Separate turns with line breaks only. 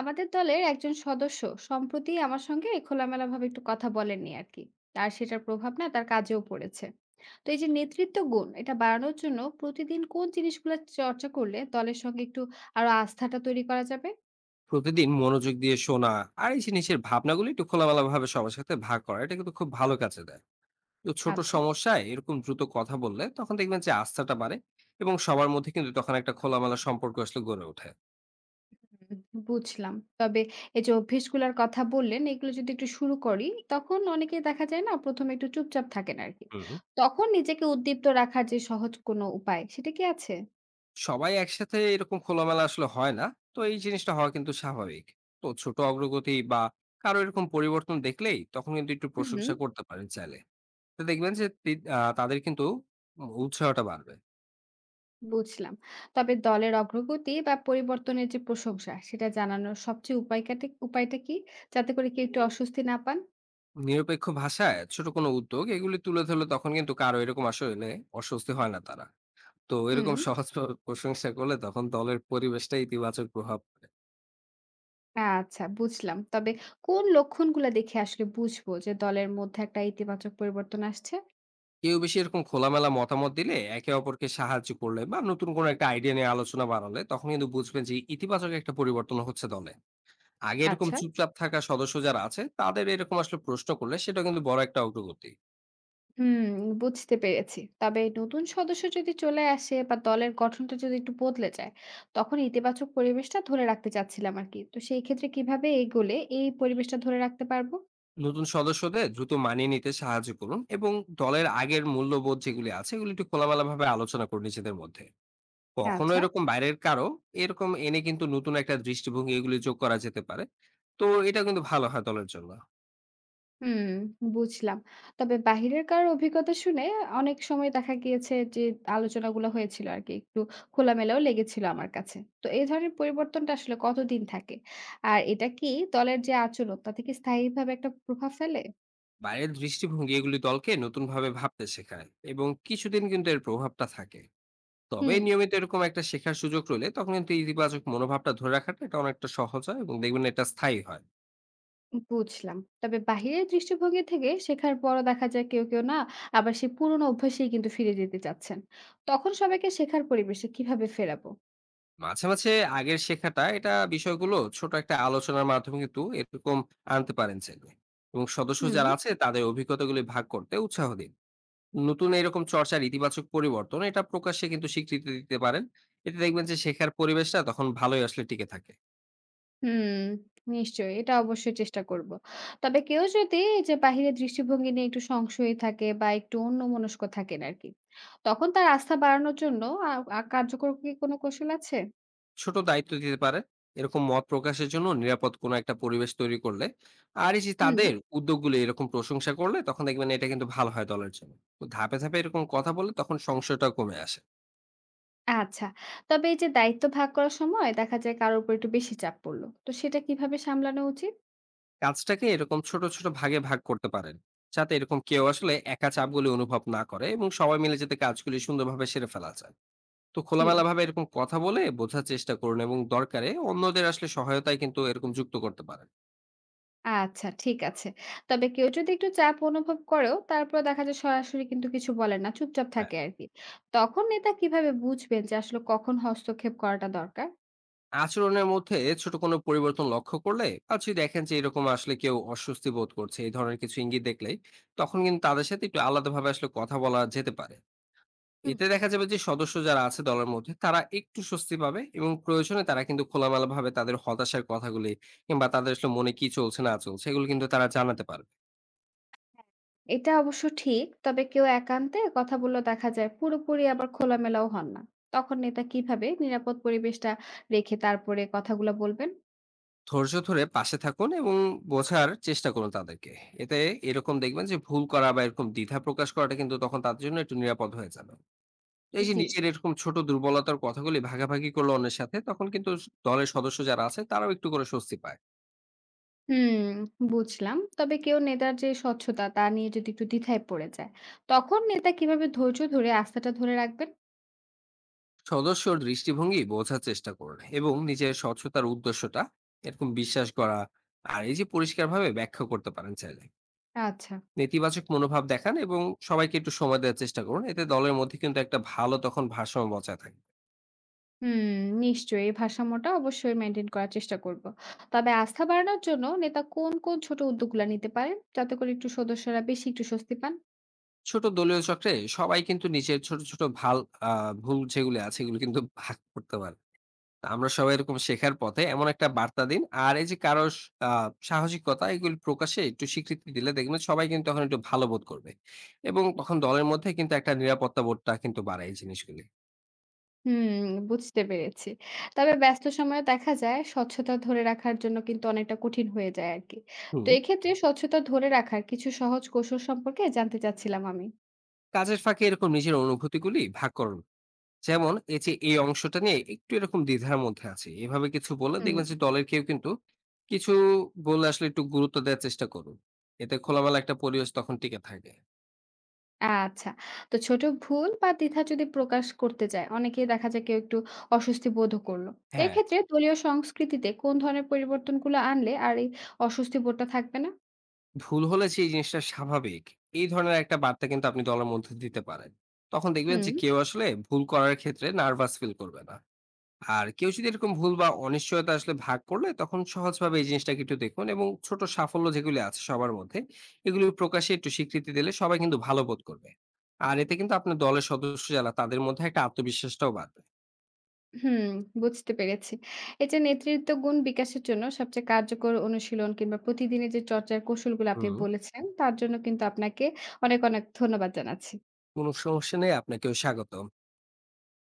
আমাদের দলের একজন সদস্য সম্প্রতি আমার সঙ্গে খোলামেলাভাবে একটু কথা বলেননি আর কি। আর সেটার প্রভাব না তার কাজেও পড়েছে। তো এই যে নেতৃত্ব গুণ এটা বাড়ানোর জন্য প্রতিদিন কোন জিনিসগুলো চর্চা করলে দলের সঙ্গে একটু আরো আস্থাটা তৈরি করা যাবে?
প্রতিদিন মনোযোগ দিয়ে শোনা। আর এই যে নিজের ভাবনাগুলো একটু খোলামেলা ভাবে সবার সাথে ভাগ করা, এটা কিন্তু খুব ভালো কাজে দেয়। তো ছোট
আচ্ছা।
সমস্যায় এরকম দ্রুত কথা বললে তখন দেখবেন যে আস্থাটা বাড়ে, এবং সবার মধ্যে কিন্তু তখন একটা খোলামেলা সম্পর্ক আসলে গড়ে ওঠে।
উম, বুঝলাম। তবে এই যে অভ্যেসগুলোর কথা বললেন এগুলো যদি একটু শুরু করি, তখন অনেকে দেখা যায় না প্রথমে একটু চুপচাপ থাকেন আর কি।
হুম।
তখন নিজেকে উদ্দীপ্ত রাখার যে সহজ কোনো উপায় সেটা কি আছে?
সবাই একসাথে এরকম খোলামেলা আসলে হয় না, তো এই জিনিসটা হওয়া কিন্তু স্বাভাবিক। তো ছোট অগ্রগতি বা কারো এরকম পরিবর্তন দেখলেই তখন কিন্তু একটু
হুম,
প্রশংসা করতে পারেন চাইলে। তো দেখবেন যে তাদের কিন্তু উৎসাহটা বাড়বে।
বুঝলাম। তবে দলের অগ্রগতি বা পরিবর্তনের যে প্রশংসা, সেটা জানানোর সবচেয়ে উপায়টা কি? যাতে করে কেউ একটু অস্বস্তি না পান?
নিরপেক্ষ ভাষায় ছোট কোনো উদ্যোগ এগুলি তুলে ধরলে তখন কিন্তু কারো এরকম আসলে অস্বস্তি হয় না তারা। তো
হুম।
এরকম সহজ প্রশংসা করলে তখন দলের পরিবেশটা ইতিবাচক প্রভাব পড়ে।
আচ্ছা, বুঝলাম। তবে কোন লক্ষণগুলা দেখে আসলে বুঝবো যে দলের মধ্যে একটা ইতিবাচক পরিবর্তন আসছে?
কেউ বেশি এরকম খোলামেলা মতামত দিলে, একে অপরকে সাহায্য করলে বা নতুন কোনো একটা আইডিয়া নিয়ে আলোচনা বাড়ালে তখন কিন্তু বুঝবেন যে ইতিবাচক একটা পরিবর্তন হচ্ছে দলে। আগে এরকম
আচ্ছা।
চুপচাপ থাকা সদস্য যারা আছে তাদের এরকম আসলে প্রশ্ন করলে সেটা কিন্তু বড় একটা অগ্রগতি।
হুম, বুঝতে পেরেছি। তবে নতুন সদস্য যদি চলে আসে বা দলের গঠনটা যদি একটু বদলে যায়, তখন ইতিবাচক পরিবেশটা ধরে রাখতে চাচ্ছিলাম আরকি। তো সেই ক্ষেত্রে কিভাবে এগোলে এই পরিবেশটা ধরে রাখতে পারবো?
নতুন সদস্যদের দ্রুত মানিয়ে নিতে সাহায্য করুন, এবং দলের আগের মূল্যবোধ যেগুলি আছে এগুলি একটু খোলামেলা ভাবে আলোচনা করুন নিজেদের মধ্যে। কখনো
আচ্ছা।
এরকম বাইরের কারো এরকম এনে কিন্তু নতুন একটা দৃষ্টিভঙ্গি এগুলি যোগ করা যেতে পারে। তো এটা কিন্তু ভালো হয় দলের জন্য।
হুম, বুঝলাম। তবে বাহিরের কারো অভিজ্ঞতা শুনে অনেক সময় দেখা গিয়েছে যে আলোচনাগুলো হয়েছিল আরকি একটু খোলামেলাও লেগেছিল আমার কাছে। তো এই ধরনের পরিবর্তনটা আসলে কতদিন থাকে? আর এটা কি দলের যে আচরণ তাতে কি স্থায়ীভাবে একটা প্রভাব ফেলে?
বাইরের দৃষ্টিভঙ্গি এগুলি দলকে নতুন ভাবে ভাবতে শেখায়, এবং কিছুদিন কিন্তু এর প্রভাবটা থাকে। তবে
হুম,
নিয়মিত এরকম একটা শেখার সুযোগ রইলে তখন কিন্তু ইতিবাচক মনোভাবটা ধরে রাখাটা এটা অনেকটা সহজ হয়, এবং দেখবেন এটা স্থায়ী হয়।
বুঝলাম। তবে বাহিরের দৃষ্টিভঙ্গি থেকে শেখার পরও দেখা যায় কেউ না আবার সেই পুরোনো অভ্যাসেই কিন্তু ফিরে যেতে চাচ্ছেন। তখন সবাইকে শেখার পরিবেশে কিভাবে ফেরাবো?
মাঝে মাঝে আগের শেখাটা, এটা বিষয়গুলো ছোট একটা আলোচনার মাধ্যমে কিন্তু এরকম আনতে পারেন চাইলে। এবং সদস্য
হুম।
যারা আছে তাদের অভিজ্ঞতাগুলি ভাগ করতে উৎসাহ দিন। নতুন এরকম চর্চার ইতিবাচক পরিবর্তন এটা প্রকাশ্যে কিন্তু স্বীকৃতি দিতে পারেন। এতে দেখবেন যে শেখার পরিবেশটা তখন ভালোই আসলে টিকে থাকে।
হুম, নিশ্চয়ই। এটা অবশ্যই চেষ্টা করব। তবে কেউ যদি এই যে বাহিরের দৃষ্টিভঙ্গি নিয়ে একটু সংশয়ী থাকে বা একটু অন্যমনস্ক থাকেন আরকি, তখন তার আস্থা বাড়ানোর জন্য আ আ কার্যকর কি কোনো কৌশল আছে?
ছোট দায়িত্ব দিতে পারে। এরকম মত প্রকাশের জন্য নিরাপদ কোনো একটা পরিবেশ তৈরি করলে আর এই যে
হুম,
তাদের উদ্যোগগুলো এরকম প্রশংসা করলে তখন দেখবেন এটা কিন্তু ভালো হয় দলের জন্য। তো ধাপে ধাপে এরকম কথা বললে তখন সংশয়টা কমে আসে।
আচ্ছা। তবে এই যে দায়িত্ব ভাগ করার সময় দেখা যায় কারো উপর একটু বেশি চাপ পড়ল। তো সেটা কিভাবে সামলানো উচিত?
কাজটাকে এরকম ছোট ছোট ভাগে ভাগ করতে পারেন, যাতে এরকম কেউ আসলে একা চাপগুলি অনুভব না করে এবং সবাই মিলে যাতে কাজগুলি সুন্দরভাবে সেরে ফেলা যায়। তো
জি।
খোলামেলা ভাবে এরকম কথা বলে বোঝার চেষ্টা করুন, এবং দরকারে অন্যদের আসলে সহায়তায় কিন্তু এরকম যুক্ত করতে পারেন।
আচ্ছা, ঠিক আছে। তবে কেউ যদি একটু চাপ অনুভব করেও তারপরেও দেখা যায় সরাসরি কিন্তু কিছু বলেন না, চুপচাপ
হ্যাঁ।
থাকে আরকি। তখন নেতা কিভাবে বুঝবেন যে আসলে কখন হস্তক্ষেপ করাটা দরকার?
আচরণের মধ্যে ছোট কোনো পরিবর্তন লক্ষ্য করলে, আর যদি দেখেন যে এরকম আসলে কেউ অস্বস্তি বোধ করছে, এই ধরনের কিছু ইঙ্গিত দেখলে তখন কিন্তু তাদের সাথে একটু আলাদাভাবে আসলে কথা বলা যেতে পারে।
হুম।
এতে দেখা যাবে যে সদস্য যারা আছে দলের মধ্যে তারা একটু স্বস্তি পাবে, এবং প্রয়োজনে তারা কিন্তু খোলামেলা ভাবে তাদের হতাশার কথাগুলি কিংবা তাদের আসলে মনে কি চলছে না চলছে এগুলো কিন্তু তারা জানাতে পারবে।
এটা অবশ্য ঠিক। তবে কেউ একান্তে কথা বললেও দেখা যায় পুরোপুরি আবার খোলামেলাও হন না। তখন নেতা কিভাবে নিরাপদ পরিবেশটা রেখে তারপরে কথাগুলা বলবেন?
ধৈর্য ধরে পাশে থাকুন, এবং বোঝার চেষ্টা করুন তাদেরকে। এতে এরকম দেখবেন যে ভুল করা বা এরকম দ্বিধা প্রকাশ করাটা কিন্তু তখন তাদের জন্য একটু নিরাপদ হয়ে যাবে। এই যে
জি।
নিজের এরকম ছোট দুর্বলতার কথাগুলি ভাগাভাগি করলো অন্যের সাথে তখন কিন্তু দলের সদস্য যারা আছে তারাও একটু করে স্বস্তি পায়।
হুম, বুঝলাম। তবে কেউ নেতার যে স্বচ্ছতা তা নিয়ে যদি একটু দ্বিধায় পড়ে যায়, তখন নেতা কিভাবে ধৈর্য ধরে আস্থাটা ধরে রাখবেন?
সদস্যর দৃষ্টিভঙ্গি বোঝার চেষ্টা করুন, এবং নিজের স্বচ্ছতার উদ্দেশ্যটা এরকম বিশ্বাস করা আর এই যে পরিষ্কারভাবে ব্যাখ্যা করতে পারেন চাইলে।
আচ্ছা।
নেতিবাচক মনোভাব দেখান, এবং সবাইকে একটু সময় দেওয়ার চেষ্টা করুন, এতে দলের মধ্যে কিন্তু একটা ভালো তখন ভারসাম্য বজায় থাকে।
হুম, নিশ্চয়ই। এই ভারসাম্যটা অবশ্যই মেইনটেইন করার চেষ্টা করব। তবে আস্থা বাড়ানোর জন্য নেতা কোন ছোট উদ্যোগগুলা নিতে পারেন? যাতে করে একটু সদস্যরা বেশি একটু স্বস্তি পান?
ছোট দলীয় চক্রে সবাই কিন্তু নিজের ছোট ছোট ভাল ভুল যেগুলো আছে এগুলো কিন্তু ভাগ করতে পারে। আমরা সবাই এরকম শেখার পথে, এমন একটা বার্তা দিন। আর এই যে কারো স আ সাহসিকতা এগুলি প্রকাশে একটু স্বীকৃতি দিলে দেখবেন সবাই কিন্তু তখন একটু ভালো বোধ করবে। এবং তখন দলের মধ্যে কিন্তু একটা নিরাপত্তা বোধটা কিন্তু বাড়ায় এই জিনিসগুলি।
হুম, বুঝতে পেরেছি। তবে ব্যস্ত সময়ে দেখা যায় স্বচ্ছতা ধরে রাখার জন্য কিন্তু অনেকটা কঠিন হয়ে যায় আরকি।
হুম।
তো এক্ষেত্রে স্বচ্ছতা ধরে রাখার কিছু সহজ কৌশল সম্পর্কে জানতে চাচ্ছিলাম আমি।
কাজের ফাঁকে এরকম নিজের অনুভূতিগুলি ভাগ করুন। যেমন, এই যে এই অংশটা নিয়ে একটু এরকম দ্বিধার মধ্যে আছি। এভাবে কিছু বললে
হুম।
দেখবেন যে দলের কেউ কিন্তু কিছু বললে আসলে একটু গুরুত্ব দেওয়ার চেষ্টা করুন। এতে খোলামেলা একটা পরিবেশ তখন টিকে থাকে।
আচ্ছা। তো ছোট ভুল বা দ্বিধা যদি প্রকাশ করতে চায়, অনেকেই দেখা যায় কেউ একটু অস্বস্তি বোধও করল। তো
হ্যাঁ।
এক্ষেত্রে দলীয় সংস্কৃতিতে কোন ধরনের পরিবর্তনগুলো আনলে আর এই অস্বস্তি বোধটা থাকবে না?
ভুল হলে সেই জিনিসটা স্বাভাবিক, এই ধরনের একটা বার্তা কিন্তু আপনি দলের মধ্যে দিতে পারেন। তখন দেখবেন যে
হুম,
কেউ আসলে ভুল করার ক্ষেত্রে নার্ভাস ফিল করবে না। আর কেউ যদি এরকম ভুল বা অনিশ্চয়তা আসলে ভাগ করলে তখন সহজভাবে এই জিনিসটাকে একটু দেখুন, এবং ছোট সাফল্য যেগুলি আছে সবার মধ্যে এগুলি প্রকাশে একটু স্বীকৃতি দিলে সবাই কিন্তু ভালো বোধ করবে। আর এতে কিন্তু আপনার দলের সদস্য যারা তাদের মধ্যে একটা আত্মবিশ্বাসটাও বাড়বে।
হুম, বুঝতে পেরেছি। এই যে নেতৃত্ব গুণ বিকাশের জন্য সবচেয়ে কার্যকর অনুশীলন কিংবা প্রতিদিনের যে চর্চার কৌশলগুলো আপনি
হুম।
বলেছেন, তার জন্য কিন্তু আপনাকে অনেক ধন্যবাদ জানাচ্ছি।
কোনো সমস্যা নেই। আপনাকেও স্বাগতম।